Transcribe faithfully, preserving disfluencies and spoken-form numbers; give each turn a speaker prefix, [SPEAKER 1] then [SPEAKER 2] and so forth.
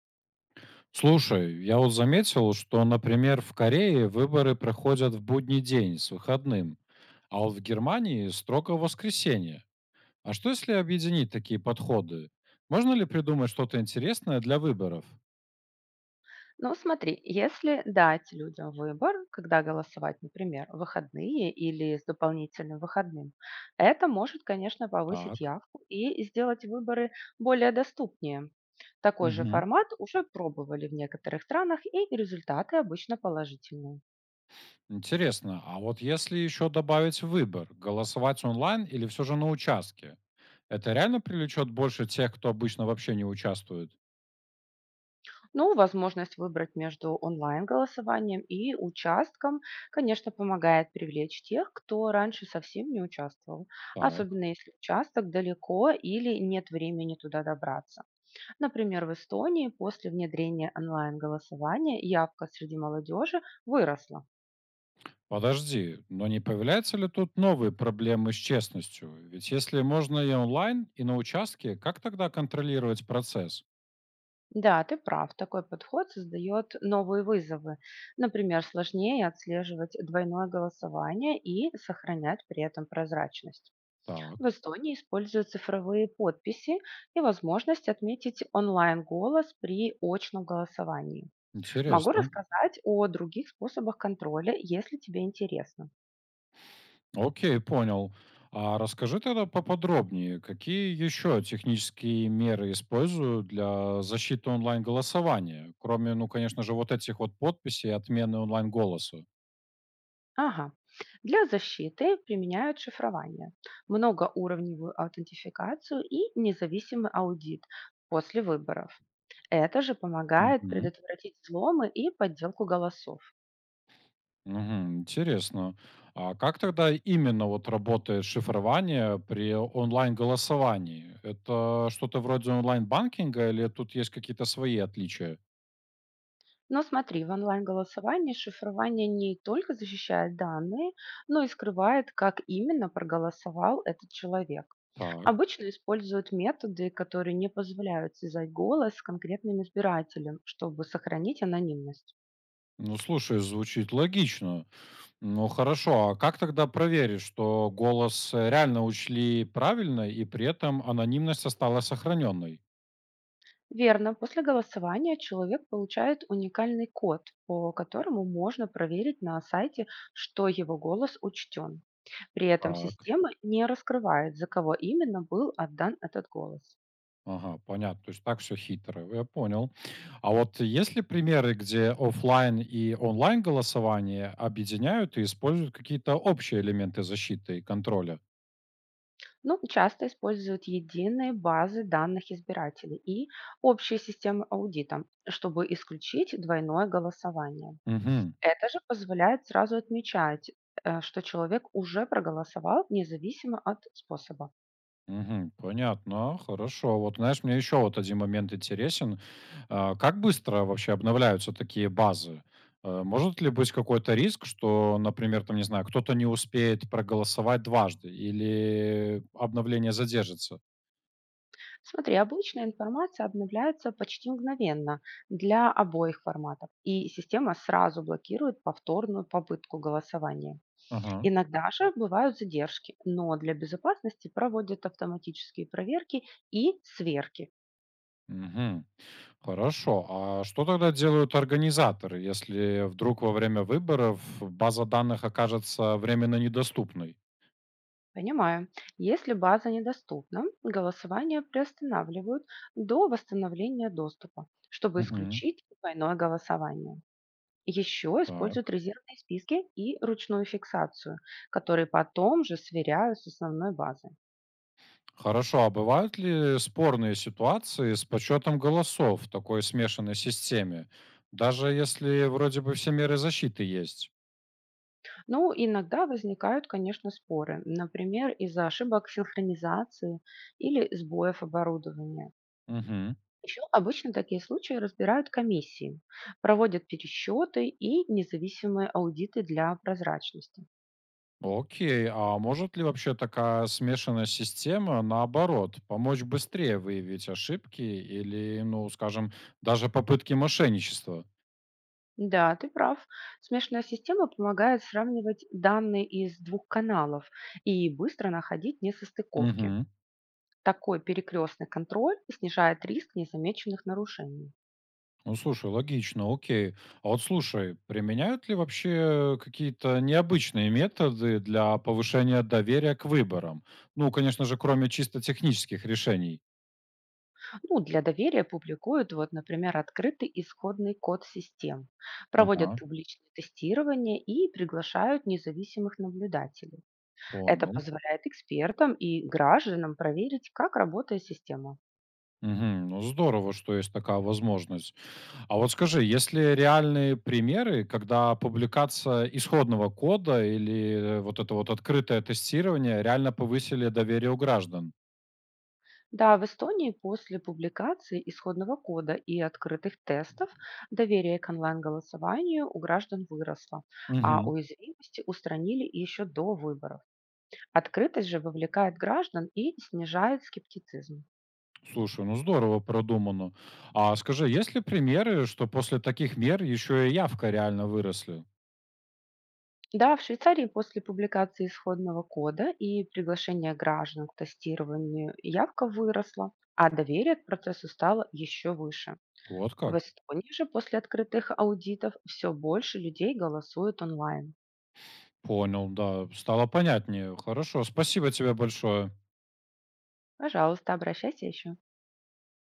[SPEAKER 1] Слушай, я вот заметил, что, например, в Корее выборы проходят в будний день с выходным, а вот в Германии строго в воскресенье. А что если объединить такие подходы? Можно ли придумать что-то интересное для выборов?
[SPEAKER 2] Ну, смотри, если дать людям выбор, когда голосовать, например, в выходные или с дополнительным выходным, это может, конечно, повысить
[SPEAKER 1] Так.
[SPEAKER 2] явку и сделать выборы более доступнее. Такой же
[SPEAKER 1] Мгм.
[SPEAKER 2] формат уже пробовали в некоторых странах, и результаты обычно положительные.
[SPEAKER 1] Интересно, а вот если еще добавить выбор, голосовать онлайн или все же на участке, это реально привлечет больше тех, кто обычно вообще не участвует?
[SPEAKER 2] Ну, возможность выбрать между онлайн-голосованием и участком, конечно, помогает привлечь тех, кто раньше совсем не участвовал,
[SPEAKER 1] Так.
[SPEAKER 2] особенно если участок далеко или нет времени туда добраться. Например, в Эстонии после внедрения онлайн-голосования явка среди молодежи выросла.
[SPEAKER 1] Подожди, но не появляются ли тут новые проблемы с честностью? Ведь если можно и онлайн, и на участке, как тогда контролировать процесс?
[SPEAKER 2] Да, ты прав, такой подход создает новые вызовы. Например, сложнее отслеживать двойное голосование и сохранять при этом прозрачность. В
[SPEAKER 1] Так,
[SPEAKER 2] Эстонии используют цифровые подписи и возможность отметить онлайн-голос при очном голосовании. Могу
[SPEAKER 1] интересно.
[SPEAKER 2] рассказать о других способах контроля, если тебе интересно.
[SPEAKER 1] Окей, понял. А расскажи тогда поподробнее, какие еще технические меры используют для защиты онлайн-голосования, кроме, ну, конечно же, вот этих вот подписей и отмены онлайн-голоса?
[SPEAKER 2] Ага. Для защиты применяют шифрование, многоуровневую аутентификацию и независимый аудит после выборов. Это же помогает предотвратить взломы и подделку голосов.
[SPEAKER 1] Мгм. Интересно. А как тогда именно вот работает шифрование при онлайн-голосовании? Это что-то вроде онлайн-банкинга или тут есть какие-то свои отличия?
[SPEAKER 2] Но смотри, в онлайн-голосовании шифрование не только защищает данные, но и скрывает, как именно проголосовал этот человек.
[SPEAKER 1] Так.
[SPEAKER 2] Обычно используют методы, которые не позволяют связать голос с конкретным избирателем, чтобы сохранить анонимность.
[SPEAKER 1] Ну, слушай, звучит логично. Ну, хорошо. А как тогда проверить, что голос э, реально учли правильно и при этом анонимность осталась сохраненной?
[SPEAKER 2] Верно, после голосования человек получает уникальный код, по которому можно проверить на сайте, что его голос учтен. При этом
[SPEAKER 1] Так.
[SPEAKER 2] система не раскрывает, за кого именно был отдан этот голос.
[SPEAKER 1] Ага, понятно. То есть так все хитро. Я понял. А вот есть ли примеры, где оффлайн и онлайн голосование объединяют и используют какие-то общие элементы защиты и контроля?
[SPEAKER 2] Ну, часто используют единые базы данных избирателей и общие системы аудита, чтобы исключить двойное голосование.
[SPEAKER 1] Мгм.
[SPEAKER 2] Это же позволяет сразу отмечать, э, что человек уже проголосовал, независимо от способа.
[SPEAKER 1] Мгм. Понятно. Хорошо. Вот знаешь, мне еще вот один момент интересен. А, как быстро вообще обновляются такие базы? Э, может ли быть какой-то риск, что, например, там, не знаю, кто-то не успеет проголосовать дважды или обновление задержится?
[SPEAKER 2] Смотри, обычная информация обновляется почти мгновенно для обоих форматов, и система сразу блокирует повторную попытку голосования.
[SPEAKER 1] Ага.
[SPEAKER 2] Иногда же бывают задержки, но для безопасности проводят автоматические проверки и сверки.
[SPEAKER 1] Мгм. Хорошо. А что тогда делают организаторы, если вдруг во время выборов база данных окажется временно недоступной?
[SPEAKER 2] Понимаю. Если база недоступна, голосование приостанавливают до восстановления доступа, чтобы
[SPEAKER 1] Мгм.
[SPEAKER 2] исключить двойное голосование. Еще используют
[SPEAKER 1] Так.
[SPEAKER 2] резервные списки и ручную фиксацию, которые потом же сверяют с основной базой.
[SPEAKER 1] Хорошо. А бывают ли спорные ситуации с подсчетом голосов в такой смешанной системе, даже если вроде бы все меры защиты есть?
[SPEAKER 2] Ну, иногда возникают, конечно, споры, например, из-за ошибок синхронизации или сбоев оборудования.
[SPEAKER 1] Мгм.
[SPEAKER 2] Еще обычно такие случаи разбирают комиссии, проводят пересчеты и независимые аудиты для прозрачности.
[SPEAKER 1] Окей. А может ли вообще такая смешанная система, наоборот, помочь быстрее выявить ошибки или, ну, скажем, даже попытки мошенничества?
[SPEAKER 2] Да, ты прав. Смешанная система помогает сравнивать данные из двух каналов и быстро находить несостыковки.
[SPEAKER 1] Мгм.
[SPEAKER 2] Такой перекрестный контроль снижает риск незамеченных нарушений.
[SPEAKER 1] Ну, слушай, логично, окей. А вот слушай, применяют ли вообще какие-то необычные методы для повышения доверия к выборам? Ну, конечно же, кроме чисто технических решений.
[SPEAKER 2] Ну, для доверия публикуют, вот, например, открытый исходный код систем, проводят
[SPEAKER 1] Ага,
[SPEAKER 2] публичные тестирования и приглашают независимых наблюдателей. Это
[SPEAKER 1] понял.
[SPEAKER 2] позволяет экспертам и гражданам проверить, как работает система.
[SPEAKER 1] Мгм. Ну, здорово, что есть такая возможность. А вот скажи, есть ли реальные примеры, когда публикация исходного кода или э, вот это вот открытое тестирование реально повысили доверие у граждан?
[SPEAKER 2] Да, в Эстонии после публикации исходного кода и открытых тестов доверие к онлайн-голосованию у граждан выросло, а
[SPEAKER 1] Мгм.
[SPEAKER 2] уязвимости устранили еще до выборов. Открытость же вовлекает граждан и снижает скептицизм.
[SPEAKER 1] Слушай, ну здорово продумано. А скажи, есть ли примеры, что после таких мер еще и явка реально выросли?
[SPEAKER 2] Да, в Швейцарии после публикации исходного кода и приглашения граждан к тестированию явка выросла, а доверие к процессу стало еще выше.
[SPEAKER 1] Вот
[SPEAKER 2] В
[SPEAKER 1] как?
[SPEAKER 2] Эстонии же после открытых аудитов все больше людей голосуют онлайн.
[SPEAKER 1] Понял, да. Стало понятнее. Хорошо, спасибо тебе большое.
[SPEAKER 2] Пожалуйста, обращайся еще.